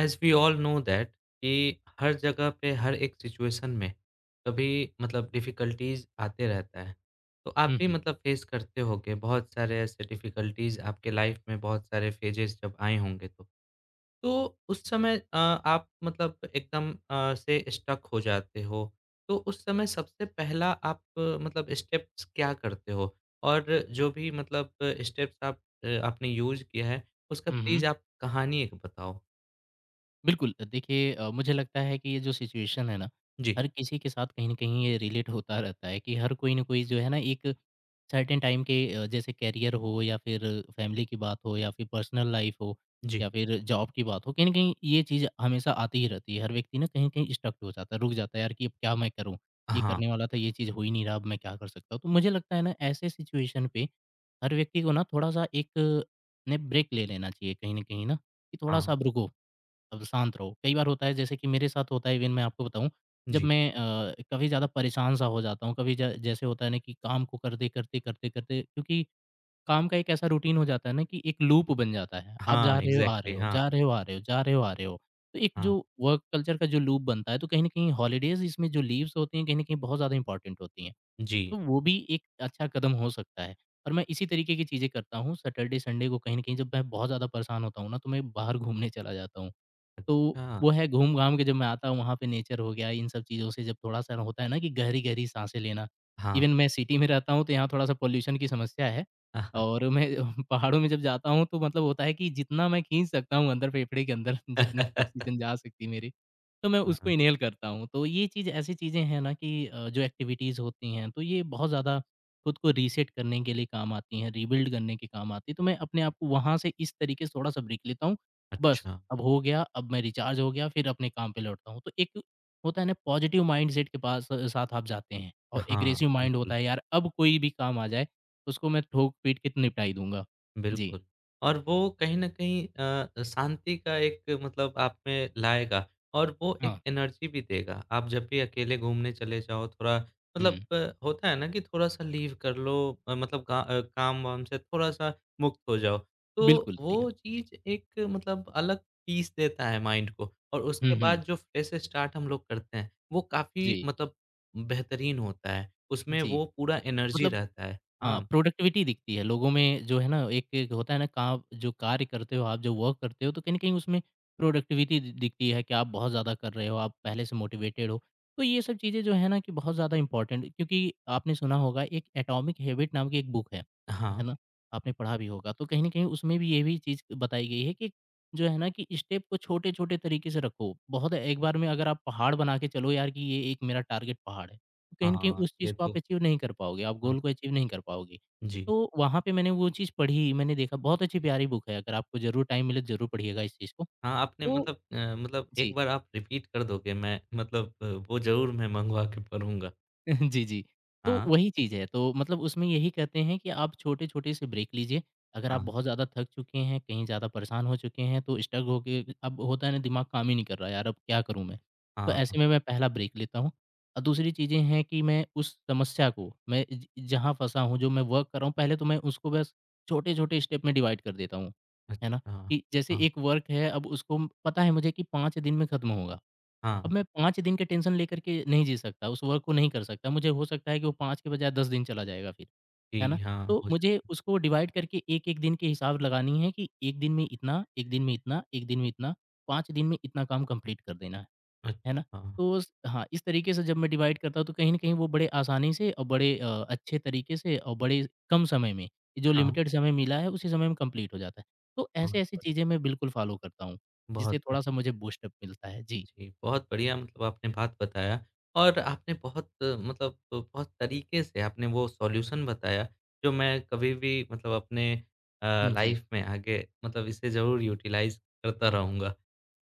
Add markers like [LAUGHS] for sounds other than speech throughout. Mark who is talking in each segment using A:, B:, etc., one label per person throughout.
A: As we all know that कि हर जगह पे हर एक सिचुएशन में कभी मतलब डिफ़िकल्टीज़ आते रहता है। तो आप
B: हुँ,
A: भी
B: हुँ।
A: मतलब फ़ेस करते होंगे बहुत सारे ऐसे डिफ़िकल्टीज़ आपके लाइफ़ में बहुत सारे फ़ेजेज़ जब आए होंगे तो। तो उस समय आप मतलब एकदम से स्टक हो जाते हो। तो उस समय सबसे पहला आप मतलब स्टेप्स क्या करते हो? और जो भी मतलब स्टेप्स आप आपने यूज़ किया है उसका
B: हुँ, हुँ।
A: प्लीज़ आप कहानी एक बताओ?
B: बिल्कुल, देखिए मुझे लगता है कि ये जो सिचुएशन है ना,
A: जी,
B: हर किसी के साथ कहीं न कहीं ये रिलेट होता रहता है कि हर कोई न कोई जो है ना एक सर्टेन टाइम के जैसे करियर हो या फिर फैमिली की बात हो या फिर पर्सनल लाइफ हो
A: जी।
B: या फिर जॉब की बात हो कहीं न कहीं ये चीज़ हमेशा आती ही रहती है। हर व्यक्ति ना कहीं-कहीं स्टक हो जाता है, रुक जाता है यार कि अब क्या मैं करूँ? ये
A: हाँ,
B: करने वाला था, ये चीज़ हो ही नहीं रहा, अब मैं क्या कर सकता हूँ? तो मुझे लगता है ना ऐसे सिचुएशन पे हर व्यक्ति को ना थोड़ा-सा एक ने ब्रेक ले लेना चाहिए कहीं न कहीं ना, कि थोड़ा-सा
A: हाँ।
B: अब रुको। अब शांत रहो। कई बार होता है जैसे कि मेरे साथ होता है इवन मैं आपको बताऊँ, जब
A: जी।
B: मैं कभी ज़्यादा परेशान सा हो जाता हूँ, कभी ज जैसे होता है ना कि काम को करते, करते, करते, करते क्योंकि काम का एक ऐसा रूटीन हो जाता है ना कि एक लूप बन जाता है। आप
A: हाँ,
B: जा रहे हो, आ रहे
A: एग्ज़ैक्टली,
B: हो,
A: हाँ,
B: जा रहे हो, आ रहे हो, जा रहे हो, आ रहे हो। तो एक
A: हाँ।
B: जो वर्क कल्चर का जो लूप बनता है, तो कहीं न कहीं हॉलिडेज़ इसमें जो लीव्स होती हैं, कहीं न कहीं बहुत ज़्यादा इम्पोर्टेंट होती हैं।
A: जी।
B: तो वो भी एक अच्छा कदम हो सकता है और मैं इसी तरीके की चीज़ें करता हूँ। सैटरडे, संडे को कहीं न कहीं जब मैं बहुत ज़्यादा परेशान होता हूँ ना, तो मैं बाहर घूमने चला जाता हूँ। तो
A: हाँ,
B: वो है घूम-घाम के जब मैं आता हूँ वहाँ पे नेचर हो गया, इन सब चीज़ों से जब थोड़ा-सा होता है ना कि गहरी-गहरी साँसें लेना।
A: हाँ।
B: इवन मैं सिटी में रहता हूँ तो यहाँ थोड़ा-सा पॉल्यूशन की समस्या है और मैं [LAUGHS] पहाड़ों में जब जाता हूँ तो मतलब होता है कि जितना मैं खींच सकता हूँ अंदर फेफड़े के अंदर [LAUGHS] जितनी
A: [LAUGHS]
B: ऑक्सीजन जा सकती है मेरी, तो मैं उसको
A: हाँ,
B: इन्हेल करता हूँ। तो ये चीज़ ऐसी चीज़ें हैं ना कि जो एक्टिविटीज़ होती हैं तो ये बहुत ज़्यादा खुद को रीसेट करने के लिए काम आती हैं, रीबिल्ड करने के काम आती है। तो मैं अपने आप को वहाँ से इस तरीके से थोड़ा-सा ब्रेक लेता हूँ, बस।
A: अच्छा।
B: अब हो गया, अब मैं रिचार्ज हो गया, फिर अपने काम पे लौटता हूँ। तो एक होता है ना पॉज़िटिव माइंडसेट के पास साथ आप जाते हैं और
A: हाँ,
B: एग्रेसिव माइंड
A: बिल्कुल।
B: होता है यार अब कोई भी काम आ जाए, उसको मैं ठोक-पीट के निपटा ही दूँगा। जी।
A: बिल्कुल। और वो कहीं न कहीं शांति का एक मतलब आप में लाएगा और वो एक
B: हाँ।
A: एनर्जी भी देगा। आप जब भी अकेले घूमने चले जाओ थोड़ा मतलब
B: हुँ।
A: होता है ना कि थोड़ा-सा लीव कर लो, मतलब का काम-वाम से थोड़ा-सा मुक्त हो जाओ। तो
B: बिल्कुल सही कहा।
A: वो
B: जी।
A: चीज़ एक मतलब अलग पीस देता है माइंड को और उसके
B: हुँ,
A: बाद
B: हुँ।
A: जो फ्रेश स्टार्ट हम लोग करते हैं, वो काफ़ी
B: जी,
A: मतलब बेहतरीन होता है। उसमें
B: जी।
A: वो पूरा एनर्जी
B: मतलब
A: रहता है।
B: हाँ,
A: हाँ।
B: प्रोडक्टिविटी दिखती है लोगों में जो है ना एक एक होता है ना काम जो कार्य करते हो आप जो वर्क करते हो तो कहीं न कहीं उसमें प्रोडक्टिविटी दि दिखती है कि आप बहुत ज़्यादा कर रहे हो, आप पहले से मोटिवेटेड हो। तो ये सब चीज़ें जो है ना कि बहुत ज़्यादा इम्पोर्टेंट क्योंकि आपने सुना होगा एक एटॉमिक हैबिट नाम की एक बुक
A: हाँ,
B: है ना? आपने पढ़ा भी होगा। तो कहीं न कहीं उसमें भी ये भी चीज़ बताई गई है कि जो है ना कि स्टेप को छोटे-छोटे तरीके से रखो। बहुत एक बार में अगर आप पहाड़ बना के चलो यार कि ये एक मेरा टारगेट पहाड़ है। तो कहीं न कहीं
A: हाँ,
B: उस
A: ये
B: चीज़ को आप
A: तो
B: अचीव नहीं कर पाओगे, आप
A: हाँ,
B: गोल को अचीव नहीं कर पाओगे।
A: जी।
B: तो वहाँ पे मैंने वो चीज़ पढ़ी, मैंने देखा बहुत अच्छी प्यारी बुक है, अगर आपको ज़रूर टाइम मिले तो ज़रूर पढ़िएगा इस चीज़ को।
A: हाँ, आपने
B: तो
A: मतलब मतलब एक
B: जी।
A: बार आप रिपीट कर दोगे, मैं मतलब वो ज़रूर मैं मँगवा के पढ़ूँगा।
B: [LAUGHS] जी, जी। तो
A: हाँ,
B: वही चीज़ है, तो मतलब उसमें यही कहते हैं कि आप छोटे-छोटे से ब्रेक लीजिए। अगर
A: हाँ,
B: आप बहुत ज़्यादा थक चुके हैं, कहीं ज़्यादा परेशान हो चुके हैं, तो स्टक होके अब होता है ना दिमाग काम ही नहीं कर रहा है, यार अब क्या करूँ मैं? तो
A: हाँ, हाँ।
B: ऐसे में मैं पहला ब्रेक लेता हूँ और दूसरी चीज़ें हैं कि मैं उस समस्या को मैं ज जहाँ फँसा हूँ, जो मैं वर्क कर रहा हूँ, पहले तो मैं उसको बस छोटे-छोटे स्टेप में डिवाइड कर देता हूँ, है ना?
A: अच्छा,
B: कि जैसे
A: हाँ,
B: एक वर्क है, अब उसको पता है मुझे कि 5 दिन में खत्म होगा।
A: हाँ।
B: अब मैं 5 दिन के टेंशन लेकर के नहीं जी सकता, उस वर्क को नहीं कर सकता। मुझे हो सकता है कि वो 5 के बजाय 10 दिन चला जाएगा फिर, है
A: जी,
B: ना?
A: हाँ,
B: तो
A: हो
B: मुझे
A: सकता।
B: उसको डिवाइड करके 1-1 दिन के हिसाब लगानी है कि 1 दिन में इतना, 1 दिन में इतना, 1 दिन में इतना, 5 दिन में इतना काम कंप्लीट कर देना है ना?
A: अच्छा,
B: तो स हाँ, इस तरीके से जब मैं डिवाइड करता हूँ तो कहीं न कहीं वो बड़े आसानी से और बड़े अच्छे तरीके से और बड़े कम समय में, जो
A: हाँ,
B: लिमिटेड समय मिला है उसी समय में कंप्लीट हो जाता है। तो
A: बहुत
B: ऐसे-ऐसी चीज़ें
A: बढ़िया,
B: मैं बिल्कुल फ़ॉलो करता हूँ, जिससे
A: बहुत
B: थोड़ा-सा
A: बढ़िया।
B: मुझे बूस्टअप मिलता है। जी।
A: जी, बहुत बढ़िया मतलब आपने बात बताया और आपने बहुत मतलब बहुत तरीके से आपने वो सॉल्यूशन बताया जो मैं कभी भी मतलब अपने अ,
B: जी।
A: लाइफ में आगे मतलब इसे ज़रूर यूटिलाइज़ करता रहूँगा।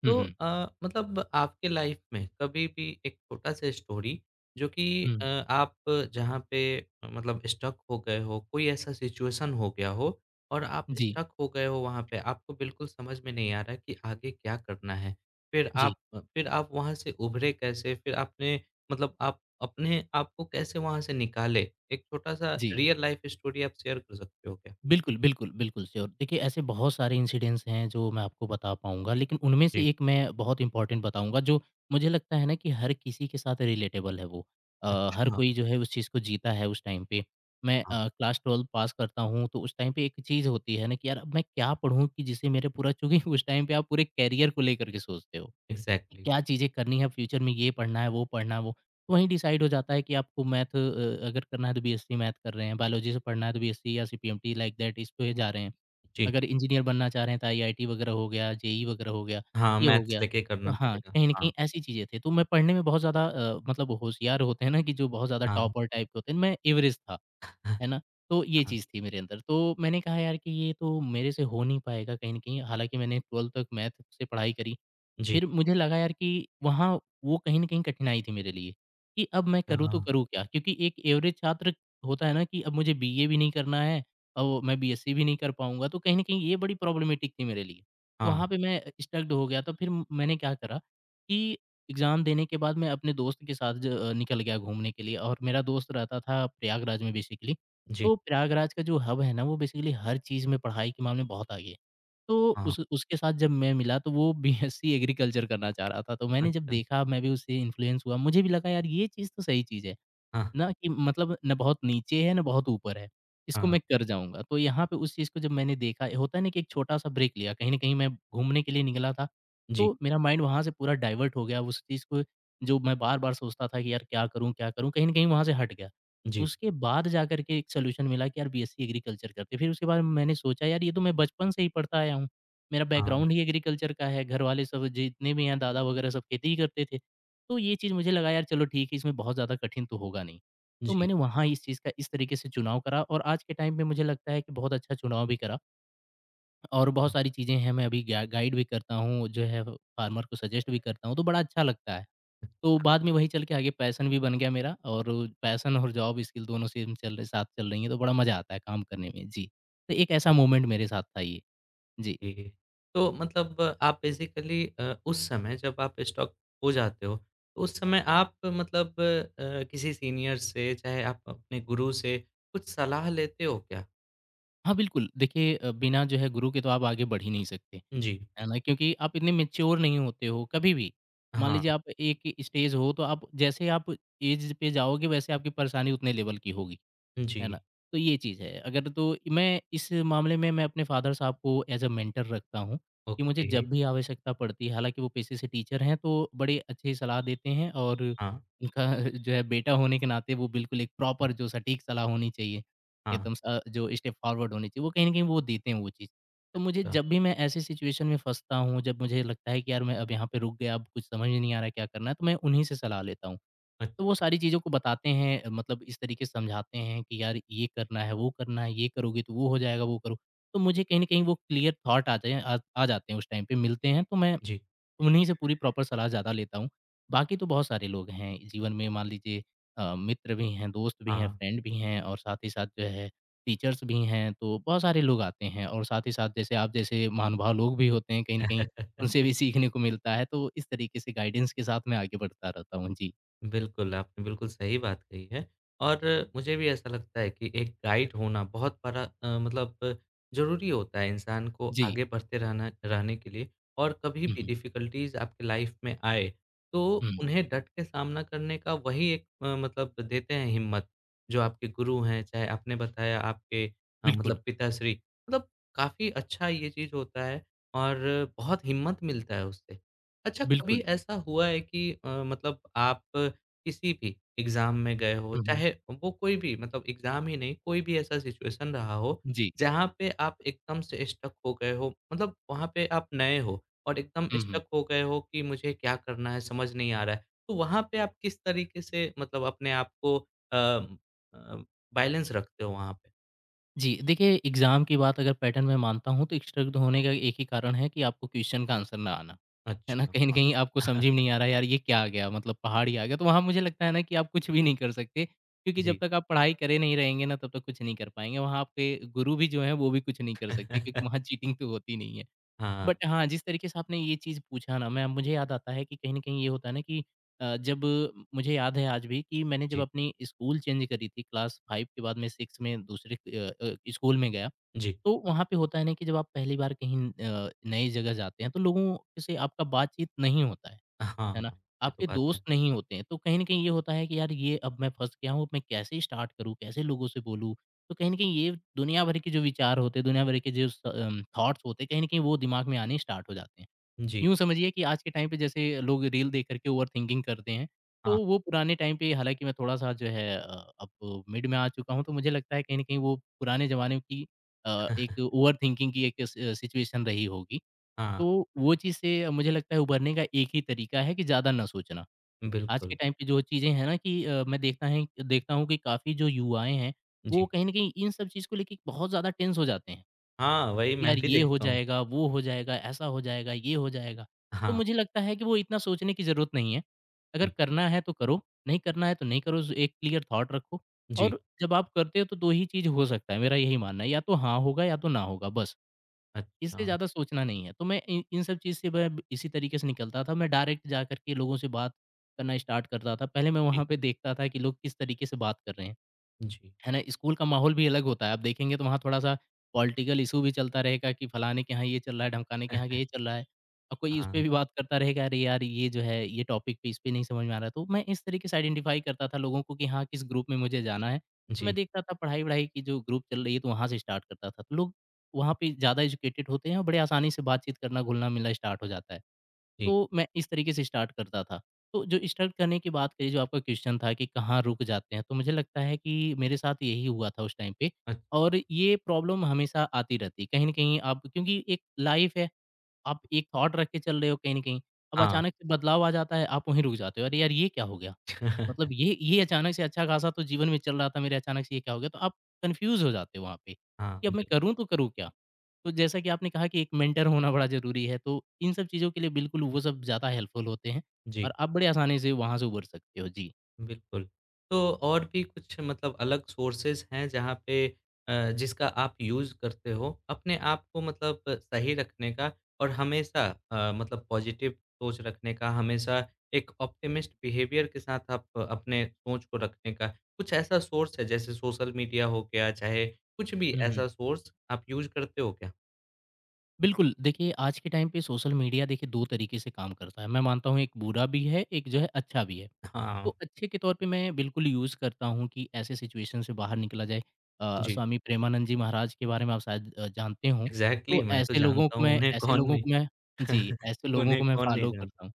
B: हुँ,
A: तो
B: हुँ।
A: मतलब आपके लाइफ में कभी भी एक छोटा-सा स्टोरी जो कि
B: हुँ।
A: आप जहाँ पे मतलब स्टक हो गए हो, कोई ऐसा सिचुएशन हो गया हो और आप
B: जी,
A: स्टक हो गए हो वहाँ पे, आपको बिल्कुल समझ में नहीं आ रहा है कि आगे क्या करना है? फिर
B: जी,
A: आप, फिर आप वहाँ से उभरे कैसे? फिर आपने मतलब आप अपने आप को कैसे वहाँ से निकाले? एक छोटा-सा
B: जी।
A: रियल लाइफ़ स्टोरी आप शेयर कर सकते हो क्या?
B: बिल्कुल, बिल्कुल, बिल्कुल, श्योर। देखिए ऐसे बहुत सारे इंसिडेंट्स हैं जो मैं आपको बता पाऊँगा, लेकिन उनमें
A: जी।
B: से एक मैं बहुत इम्पोर्टेंट बताऊँगा जो मुझे लगता है ना कि हर किसी के साथ रिलेटेबल है वो। हर
A: अच्छा,
B: कोई जो है उस चीज़ को जीता है उस टाइम पे। मैं
A: हाँ,
B: क्लास 12 पास करता हूँ तो उस टाइम पे एक चीज़ होती है ना कि यार अब मैं क्या पढ़ूँ कि जिससे मेरा पूरा चूँकि उस टाइम पे आप पूरे करियर को लेकर के सोचते हो। कि
A: एग्ज़ैक्टली।
B: क्या चीज़ें करनी है फ्यूचर में, ये पढ़ना है, वो पढ़ना है, वो। तो वहीं डिसाइड हो जाता है कि आपको मैथ अगर करना है तो बीएससी मैथ कर रहे हैं, बायोलॉजी से पढ़ना है तो बीएससी या सीपीएमटी लाइक दैट इस पे जा रहे हैं।
A: जी।
B: अगर इंजीनियर बनना चाह रहे हैं तो आईआईटी वगैरह हो गया, जेईई वगैरह हो गया,
A: हाँ,
B: ये हो
A: मैथ्स
B: गया।
A: लेके
B: तो
A: करना
B: हाँ,
A: पड़ेगा।
B: कहीं न
A: हाँ,
B: कहीं ऐसी चीज़ें थी। तो मैं पढ़ने में बहुत ज़्यादा मतलब होशियार होते हैं ना कि जो बहुत ज़्यादा
A: हाँ,
B: टॉपर टाइप के होते हैं, मैं एवरेज था, है
A: [LAUGHS]
B: ना? तो ये
A: हाँ,
B: चीज़ थी मेरे अंदर। तो मैंने कहा यार कि ये तो मेरे से हो नहीं पाएगा कहीं न कहीं। हालाँकि मैंने 12th तक मैथ से पढ़ाई करी
A: जी।
B: फिर मुझे लगा यार कि वहाँ वो कहीं न कहीं कठिनाई थी मेरे लिए, कि अब मैं
A: अ,
B: करूँ तो करूँ क्या? क्योंकि एक एवरेज छात्र होता है ना कि अब मुझे बीए भी नहीं करना है और मैं बीएससी भी नहीं कर पाऊँगा, तो कहीं न कहीं ये बड़ी प्रॉब्लमैटिक थी मेरे लिए। तो
A: हाँ,
B: वहाँ पे मैं स्टक्ड हो गया, तो फिर मैंने क्या करा कि एग्ज़ाम देने के बाद मैं अपने दोस्त के साथ निकल गया घूमने के लिए और मेरा दोस्त रहता था प्रयागराज में बेसिकली।
A: जी,
B: तो प्रयागराज का जो हब है ना, वो बेसिकली हर चीज़ में पढ़ाई के मामले में बहुत आगे है। तो
A: हाँ,
B: उस उसके साथ जब मैं मिला तो वो बीएससी एग्रीकल्चर करना चाह रहा था, तो मैंने जब
A: अच्छा,
B: देखा मैं भी उससे इन्फ्लुएंस हुआ, मुझे भी लगा यार ये चीज़ तो सही चीज़ है।
A: हाँ,
B: ना कि मतलब ना बहुत नीचे है, ना बहुत ऊपर है, इसको
A: हाँ,
B: मैं कर जाऊँगा। तो यहाँ पे उस चीज़ को जब मैंने देखा होता है ना कि एक छोटा-सा ब्रेक लिया, कहीं न कहीं मैं घूमने के लिए निकला था,
A: जी,
B: तो मेरा माइंड वहाँ से पूरा डाइवर्ट हो गया, उस चीज़ को जो मैं बार-बार सोचता था कि यार क्या करूँ, क्या करूँ? कहीं न कहीं वहाँ से हट गया।
A: जी,
B: उसके बाद जाकर के एक सॉल्यूशन मिला कि यार बीएससी एग्रीकल्चर करते हैं, फिर उसके बाद मैंने सोचा यार ये तो मैं बचपन से ही पढ़ता आया हूँ, मेरा
A: हाँ,
B: बैकग्राउंड ही एग्रीकल्चर का है, घर वाले सब जितने भी हैं दादा वगैरह सब खेती ही करते थे। तो ये चीज़ मुझे लगा यार चलो ठीक है, इसमें बहुत ज़्यादा कठिन तो होगा नहीं। तो
A: जी,
B: मैंने वहाँ इस चीज़ का इस तरीके से चुनाव करा और आज के टाइम पे मुझे लगता है कि बहुत अच्छा चुनाव भी करा और बहुत
A: हाँ,
B: सारी चीज़ें हैं, मैं अभी गा गाइड भी करता हूँ, जो है फार्मर को सजेस्ट भी करता हूँ, तो बड़ा अच्छा लगता है। तो
A: अच्छा।
B: बाद में वही चल के आगे पैशन भी बन गया मेरा और पैशन और जॉब स्किल दोनों सेम चल रहे साथ चल रही हैं, तो बड़ा मज़ा आता है काम करने में। जी, तो एक ऐसा मोमेंट मेरे साथ था ये। जी।
A: जी। तो मतलब आप बेसिकली उस समय जब आप स्टॉक हो जाते हो, तो उस समय आप मतलब किसी सीनियर से, चाहे आप अपने गुरु से कुछ सलाह लेते हो क्या?
B: हाँ, बिल्कुल देखिए बिना जो है गुरु के तो आप आगे बढ़ ही नहीं सकते।
A: जी।
B: है ना? क्योंकि आप इतने मैच्योर नहीं होते हो कभी भी। मान
A: हाँ।
B: लीजिए आप एक स्टेज हो तो आप जैसे आप एज पे जाओगे वैसे आपकी परेशानी उतने लेवल की होगी। है ना?
A: जी।
B: तो ये चीज़ है। अगर तो मैं इस मामले में मैं अपने फ़ादर साहब को एज़ अ मेंटर रखता हूँ, कि मुझे
A: ओके।
B: जब भी आवश्यकता पड़ती है, हालाँकि वो पेशे से टीचर हैं, तो बड़े अच्छी सलाह देते हैं और
A: हाँ,
B: उनका [LAUGHS] जो है बेटा होने के नाते वो बिल्कुल एक प्रॉपर जो सटीक सलाह होनी चाहिए,
A: हाँ।
B: एकदम स जो स्टेप फॉरवर्ड होनी चाहिए, वो कहीं न कहीं वो देते हैं वो चीज़। तो मुझे
A: अ,
B: जब भी मैं ऐसी सिचुएशन में फँसता हूँ, जब मुझे लगता है कि यार मैं अब यहाँ पे रुक गया, अब कुछ समझ ही नहीं आ रहा है क्या करना है, तो मैं उन्हीं से सलाह लेता हूँ।
A: अ,
B: तो वो सारी चीज़ों को बताते हैं मतलब इस तरीके से समझाते हैं कि यार ये करना है, वो करना है, ये करोगे तो वो हो जाएगा, वो करो तो मुझे कहीं न कहीं वो क्लियर थॉट आते हैं आ आ जाते हैं उस टाइम पे मिलते हैं, तो मैं
A: जी।
B: उन्हीं से पूरी प्रॉपर सलाह ज़्यादा लेता हूँ। बाकी तो बहुत सारे लोग हैं जीवन में मान लीजिए मित्र भी हैं, दोस्त भी हैं,
A: हाँ।
B: फ्रेंड भी हैं और साथ ही साथ जो है टीचर्स भी हैं, तो बहुत सारे लोग आते हैं और साथ ही साथ जैसे आप जैसे महानुभाव लोग भी होते हैं कहीं न कहीं
A: [LAUGHS]
B: उनसे भी सीखने को मिलता है, तो इस तरीके से गाइडेंस के साथ मैं आगे बढ़ता रहता हूँ। जी।
A: बिल्कुल, आपने बिल्कुल सही बात कही है और मुझे भी ऐसा लगता है कि एक गाइड होना बहुत बड़ा मतलब ज़रूरी होता है इंसान को
B: जी।
A: आगे बढ़ते रहना रहने के लिए और कभी
B: हुँ,
A: भी
B: हुँ।
A: डिफ़िकल्टीज़ आपकी लाइफ़ में आए, तो
B: हुँ,
A: उन्हें डट के सामना करने का वही एक मतलब देते हैं हिम्मत, जो आपके गुरु हैं, चाहे आपने बताया आपके
B: बिल्कुल,
A: मतलब पिताश्री, मतलब काफ़ी अच्छा ये चीज़ होता है और बहुत हिम्मत मिलता है उससे। अच्छा, कभी
B: बिल्कुल।
A: ऐसा हुआ है कि मतलब आप किसी भी एग्ज़ाम में गए हो,
B: हुँ, हुँ।
A: चाहे वो कोई भी मतलब एग्ज़ाम ही नहीं, कोई भी ऐसा सिचुएशन रहा हो,
B: जी।
A: जहाँ पे आप एकदम से स्टक हो गए हो, मतलब वहाँ पे आप नए हो और एकदम
B: हुँ, हुँ।
A: स्टक हो गए हो कि मुझे क्या करना है, समझ नहीं आ रहा है। तो वहाँ पे आप किस तरीके से मतलब अपने आप को अ, बैलेंस रखते हो वहाँ पे?
B: जी, देखिए एग्ज़ाम की बात अगर पैटर्न मैं मानता हूँ तो स्ट्रक्ड होने का एक ही कारण है कि आपको क्वेश्चन का आंसर ना आना। है ना?
A: अच्छा,
B: कहीं न
A: हाँ।
B: कहीं आपको समझ ही में
A: [LAUGHS]
B: नहीं आ रहा यार ये क्या आ गया मतलब पहाड़ ही आ गया। तो वहाँ मुझे लगता है ना कि आप कुछ भी नहीं कर सकते क्योंकि जब
A: जी।
B: तक आप पढ़ाई करे नहीं रहेंगे ना तब तक कुछ नहीं कर पाएँगे। वहाँ आपके गुरु भी जो हैं वो भी कुछ नहीं कर सकते क्योंकि
A: [LAUGHS]
B: वहाँ चीटिंग तो होती नहीं है।
A: हाँ,
B: बट हाँ, जिस तरीके से आपने ये चीज़ पूछा ना, मैं मुझे याद आता है कि कहीं न कहीं ये होता है ना कि जब मुझे याद है आज भी कि मैंने जब
A: जी,
B: अपनी स्कूल चेंज करी थी, क्लास 5 के बाद मैं 6 में दूसरे स्कूल में गया,
A: जी।
B: तो वहाँ पे होता है ना कि जब आप पहली बार कहीं नई जगह जाते हैं, तो लोगों से आपका बातचीत नहीं होता है।
A: हाँ,
B: है ना?
A: हाँ। ये तो
B: आपके
A: बात है।
B: दोस्त नहीं होते हैं, तो कहीं न कहीं ये होता है कि यार ये अब मैं फँस गया हूँ, मैं कैसे स्टार्ट करूँ, कैसे लोगों से बोलूँ? तो कहीं न कहीं ये दुनिया भर के जो विचार होते हैं, दुनिया भर के जो थॉट्स होते हैं, कहीं न कहीं वो दिमाग में आने स्टार्ट हो जाते हैं।
A: जी,
B: यूँ समझिए कि आज के टाइम पे जैसे लोग रील देख कर के ओवरथिंकिंग करते हैं, तो
A: हाँ।
B: वो पुराने टाइम पे हालाँकि मैं थोड़ा-सा जो है अब मिड में आ चुका हूँ, तो मुझे लगता है कहीं न कहीं वो पुराने ज़माने की एक
A: [LAUGHS]
B: ओवरथिंकिंग की एक स सिचुएशन रही होगी।
A: हाँ,
B: तो वो चीज़ से मुझे लगता है उभरने का एक ही तरीका है कि ज़्यादा ना सोचना। आज के
A: बिल्कुल।
B: टाइम पे जो चीज़ें हैं ना कि मैं देखता हूँ कि काफ़ी जो युवाएँ हैं, वो
A: जी।
B: कहीं न कहीं इन सब चीज़ को लेके बहुत ज़्यादा टेंस हो जाते हैं।
A: हाँ, वही मैं
B: यार
A: भी
B: ये हो
A: देखता हूँ।
B: जाएगा, वो हो जाएगा, ऐसा हो जाएगा, ये हो जाएगा। तो
A: हाँ,
B: मुझे लगता है कि वो इतना सोचने की ज़रूरत नहीं है। अगर
A: जी,
B: करना है तो करो, नहीं करना है तो नहीं करो, ज़ एक क्लियर थॉट रखो
A: जी।
B: और जब आप करते हो तो 2 ही चीज़ हो सकता है, मेरा यही मानना है, या तो हाँ होगा या तो ना होगा बस।
A: अच्छा,
B: इससे ज़्यादा सोचना नहीं है। तो मैं इन इन सब चीज़ से मैं इसी तरीके से निकलता था। मैं डायरेक्ट जा कर के लोगों से बात करना स्टार्ट करता था। पहले मैं
A: जी,
B: वहाँ पे देखता था कि लोग किस तरीके से बात कर रहे हैं।
A: जी।
B: है ना? स्कूल का माहौल भी अलग होता है, आप देखेंगे तो वहाँ थोड़ा-सा पॉलिटिकल इश्यू भी चलता रहेगा कि फलाने के यहाँ ये चल रहा है, ढमकाने के यहाँ
A: [LAUGHS] अ,
B: ये चल रहा है। और कोई इस पे
A: हाँ,
B: भी बात करता रहेगा, "अरे यार! ये जो है, ये टॉपिक पे इस पे नहीं समझ में आ रहा है।" तो मैं इस तरीके से आइडेंटिफ़ाई करता था लोगों को कि हाँ, किस ग्रुप में मुझे जाना है। तो मैं
A: जी,
B: देखता था पढ़ाई-वढ़ाई की जो ग्रुप चल रही है, तो वहाँ से स्टार्ट करता था। तो लोग वहाँ पे ज़्यादा एजुकेटेड होते हैं और बड़े आसानी से बातचीत करना, घुलना-मिलना स्टार्ट हो जाता है।
A: जी।
B: तो मैं इस तरीके से स्टार्ट करता था। तो जो स्टार्ट करने की बात करी, जो आपका क्वेश्चन था कि कहाँ रुक जाते हैं, तो मुझे लगता है कि मेरे साथ यही हुआ था उस टाइम पे
A: अ,
B: और ये प्रॉब्लम हमेशा आती रहती है। कहीं न कहीं आप क्योंकि एक लाइफ़ है, आप एक थॉट रख के चल रहे हो कहीं न कहीं, अब
A: हाँ।
B: अचानक से बदलाव आ जाता है, आप वहीं रुक जाते हो। अरे यार! ये क्या हो गया? मतलब
A: [LAUGHS]
B: ये अचानक से अच्छा-खासा तो जीवन में चल रहा था मेरे, अचानक से ये क्या हो गया? तो आप कन्फ्यूज़ हो जाते हो वहाँ पे,
A: हाँ,
B: कि अब मैं
A: बिल्कुल,
B: करूँ तो करूँ क्या? तो जैसा कि आपने कहा कि एक मेंटर होना बड़ा ज़रूरी है, तो इन सब चीज़ों के लिए बिल्कुल वो सब ज़्यादा हेल्पफुल होते हैं
A: जी।
B: और आप बड़े आसानी से वहाँ से उभर सकते हो। जी।
A: बिल्कुल। तो और भी कुछ मतलब अलग सोर्सेज़ हैं जहाँ पे जिसका आप यूज़ करते हो अपने आप को मतलब सही रखने का और हमेशा मतलब पॉज़िटिव सोच रखने का, हमेशा एक ऑप्टिमिस्ट बिहेवियर के साथ आप अपने सोच को रखने का, कुछ ऐसा सोर्स है जैसे सोशल मीडिया हो गया, चाहे कुछ भी
B: हुँ, हुँ।
A: ऐसा सोर्स आप यूज़ करते हो क्या?
B: बिल्कुल, देखिए आज के टाइम पे सोशल मीडिया देखिए 2 तरीके से काम करता है। मैं मानता हूँ एक बुरा भी है, एक जो है अच्छा भी है। तो
A: हाँ,
B: अच्छे के तौर पे मैं बिल्कुल यूज़ करता हूँ कि ऐसे सिचुएशन से बाहर निकला जाए।
A: जी।
B: स्वामी प्रेमानंद जी महाराज के बारे में आप शायद जानते हों।
A: एग्ज़ैक्टली,
B: तो
A: मैं तो
B: ऐसे लोगों
A: जानता
B: को
A: हूँ
B: मैं
A: उन्हें,
B: ऐसे
A: कौन
B: लोगों
A: नहीं?
B: को मैं जी,
A: [LAUGHS]
B: ऐसे लोगों को
A: उन्हें
B: मैं
A: कौन नहीं
B: फ़ॉलो
A: जानता।
B: करता हूँ।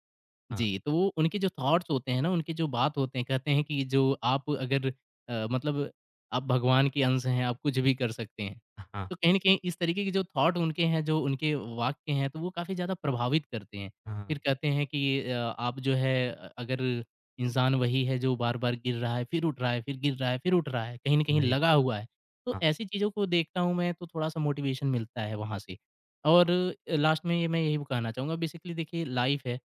A: हाँ,
B: जी, तो वो उनके जो थॉट्स होते हैं ना, उनके जो बात होते हैं, कहते हैं कि जो आप अगर मतलब आप भगवान के अंश हैं, आप कुछ भी कर सकते हैं।
A: हाँ,
B: तो कहीं न कहीं इस तरीके के जो थॉट उनके हैं, जो उनके वाक्य हैं, तो वो काफ़ी ज़्यादा प्रभावित करते हैं।
A: हाँ,
B: फिर कहते हैं कि आप जो है अगर इंसान वही है जो बार-बार गिर रहा है, फिर उठ रहा है, फिर गिर रहा है, फिर उठ रहा है, कहीं न कहीं
A: वही।
B: लगा
A: तो।
B: हुआ है। तो
A: हाँ,
B: ऐसी चीज़ों को देखता हूँ मैं, तो थोड़ा-सा मोटिवेशन मिलता है वहाँ से। और लास्ट में ये मैं यही कहना चाहूँगा बेसिकली देखिए लाइफ़ है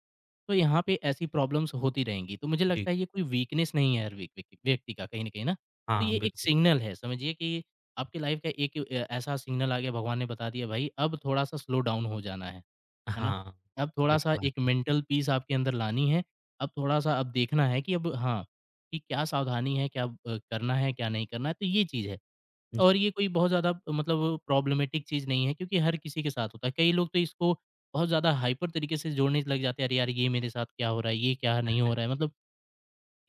B: तो यहाँ पे ऐसी प्रॉब्लम्स होती रहेंगी। तो मुझे
A: जी।
B: लगता है ये कोई वीकनेस नहीं है हर व्यक्ति का कहीं न कहीं ना। तो
A: हाँ,
B: ये एक
A: बिल्कुल।
B: सिग्नल है समझिए कि आपकी लाइफ़ का एक ऐसा सिग्नल आ गया भगवान ने बता दिया भाई अब थोड़ा-सा स्लो डाउन हो जाना है ना?
A: हाँ,
B: अब
A: ये तो
B: थोड़ा-सा एक
A: बात
B: मेंटल पीस आपके अंदर लानी है। अब थोड़ा-सा अब देखना है कि अब हाँ, कि क्या सावधानी है, क्या करना है, क्या नहीं करना है, तो ये चीज़ है।
A: जी।
B: और ये कोई बहुत ज़्यादा मतलब प्रॉब्लमेटिक चीज़ नहीं है क्योंकि हर किसी के साथ होता है। कई लोग तो इसको बहुत ज़्यादा हाइपर तरीके से जोड़ने लग जाते हैं, अरे यार ये मेरे साथ क्या हो रहा है, ये क्या नहीं हो रहा है, मतलब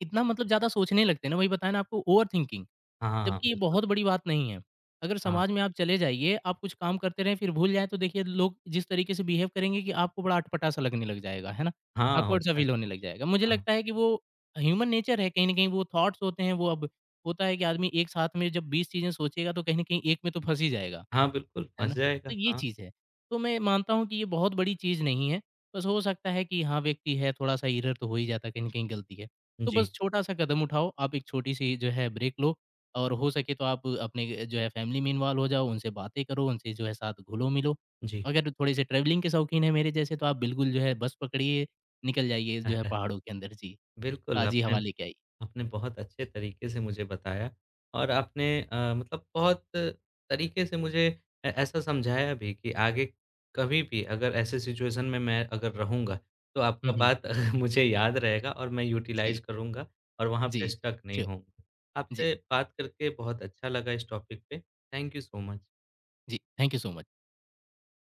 B: इतना मतलब ज़्यादा सोचने लगते हैं ना, वही बताया ना आपको ओवरथिंकिंग।
A: हाँ,
B: जबकि ये
A: बिल्कुल।
B: बहुत बड़ी बात नहीं है। अगर
A: हाँ,
B: समाज में आप चले जाइए, आप कुछ काम करते रहें फिर भूल जाएँ तो देखिए लोग जिस तरीके से बिहेव करेंगे कि आपको बड़ा अटपटा-सा लगने लग जाएगा, है ना?
A: हाँ,
B: ऑकवर्ड सा
A: होता है।
B: फ़ील होने लग जाएगा। मुझे
A: हाँ,
B: लगता है कि वो ह्यूमन नेचर है कहीं न कहीं वो थॉट्स होते हैं वो अब होता है कि आदमी एक साथ में जब 20 चीज़ें सोचेगा तो कहीं न कहीं एक में तो फँस ही जाएगा।
A: हाँ, बिल्कुल
B: है
A: फँस
B: ना?
A: जाएगा।
B: तो ये
A: हाँ,
B: चीज़ है। तो मैं मानता हूँ कि ये बहुत बड़ी चीज़ नहीं है। बस हो सकता है कि हाँ, व्यक्ति है थोड़ा-सा एरर तो हो ही जाता है, कहीं न कहीं गलती है। तो बस
A: जी,
B: छोटा-सा कदम उठाओ, आप एक छोटी-सी जो है ब्रेक लो और हो सके तो आप अपने जो है फैमिली में इन्वॉल्व हो जाओ, उनसे बातें करो, उनसे जो है साथ घुलो-मिलो।
A: जी।
B: अगर थोड़े-से ट्रैवलिंग के शौकीन हैं मेरे जैसे तो आप बिल्कुल जो है बस पकड़िए, निकल जाइए जो है
A: [LAUGHS]
B: पहाड़ों के अंदर जी,
A: बिल्कुल,
B: ताज़ी हवा
A: आपने
B: लेके आइए।
A: आपने बहुत अच्छे तरीके से मुझे बताया और आपने मतलब बहुत तरीके से मुझे ऐ ऐसा समझाया भी कि आगे कभी भी अगर ऐसे सिचुएशन में मैं अगर रहूँगा, तो
B: हुँ,
A: आपका
B: हुँ।
A: बात [LAUGHS] मुझे याद रहेगा और मैं यूटिलाइज़
B: जी,
A: करूँगा और वहाँ
B: जी,
A: पे
B: जी
A: स्टक नहीं
B: श्योर।
A: होऊँगा।
B: जी,
A: आपसे बात करके बहुत अच्छा लगा इस टॉपिक पे। Thank you so much.
B: जी। Thank you so much.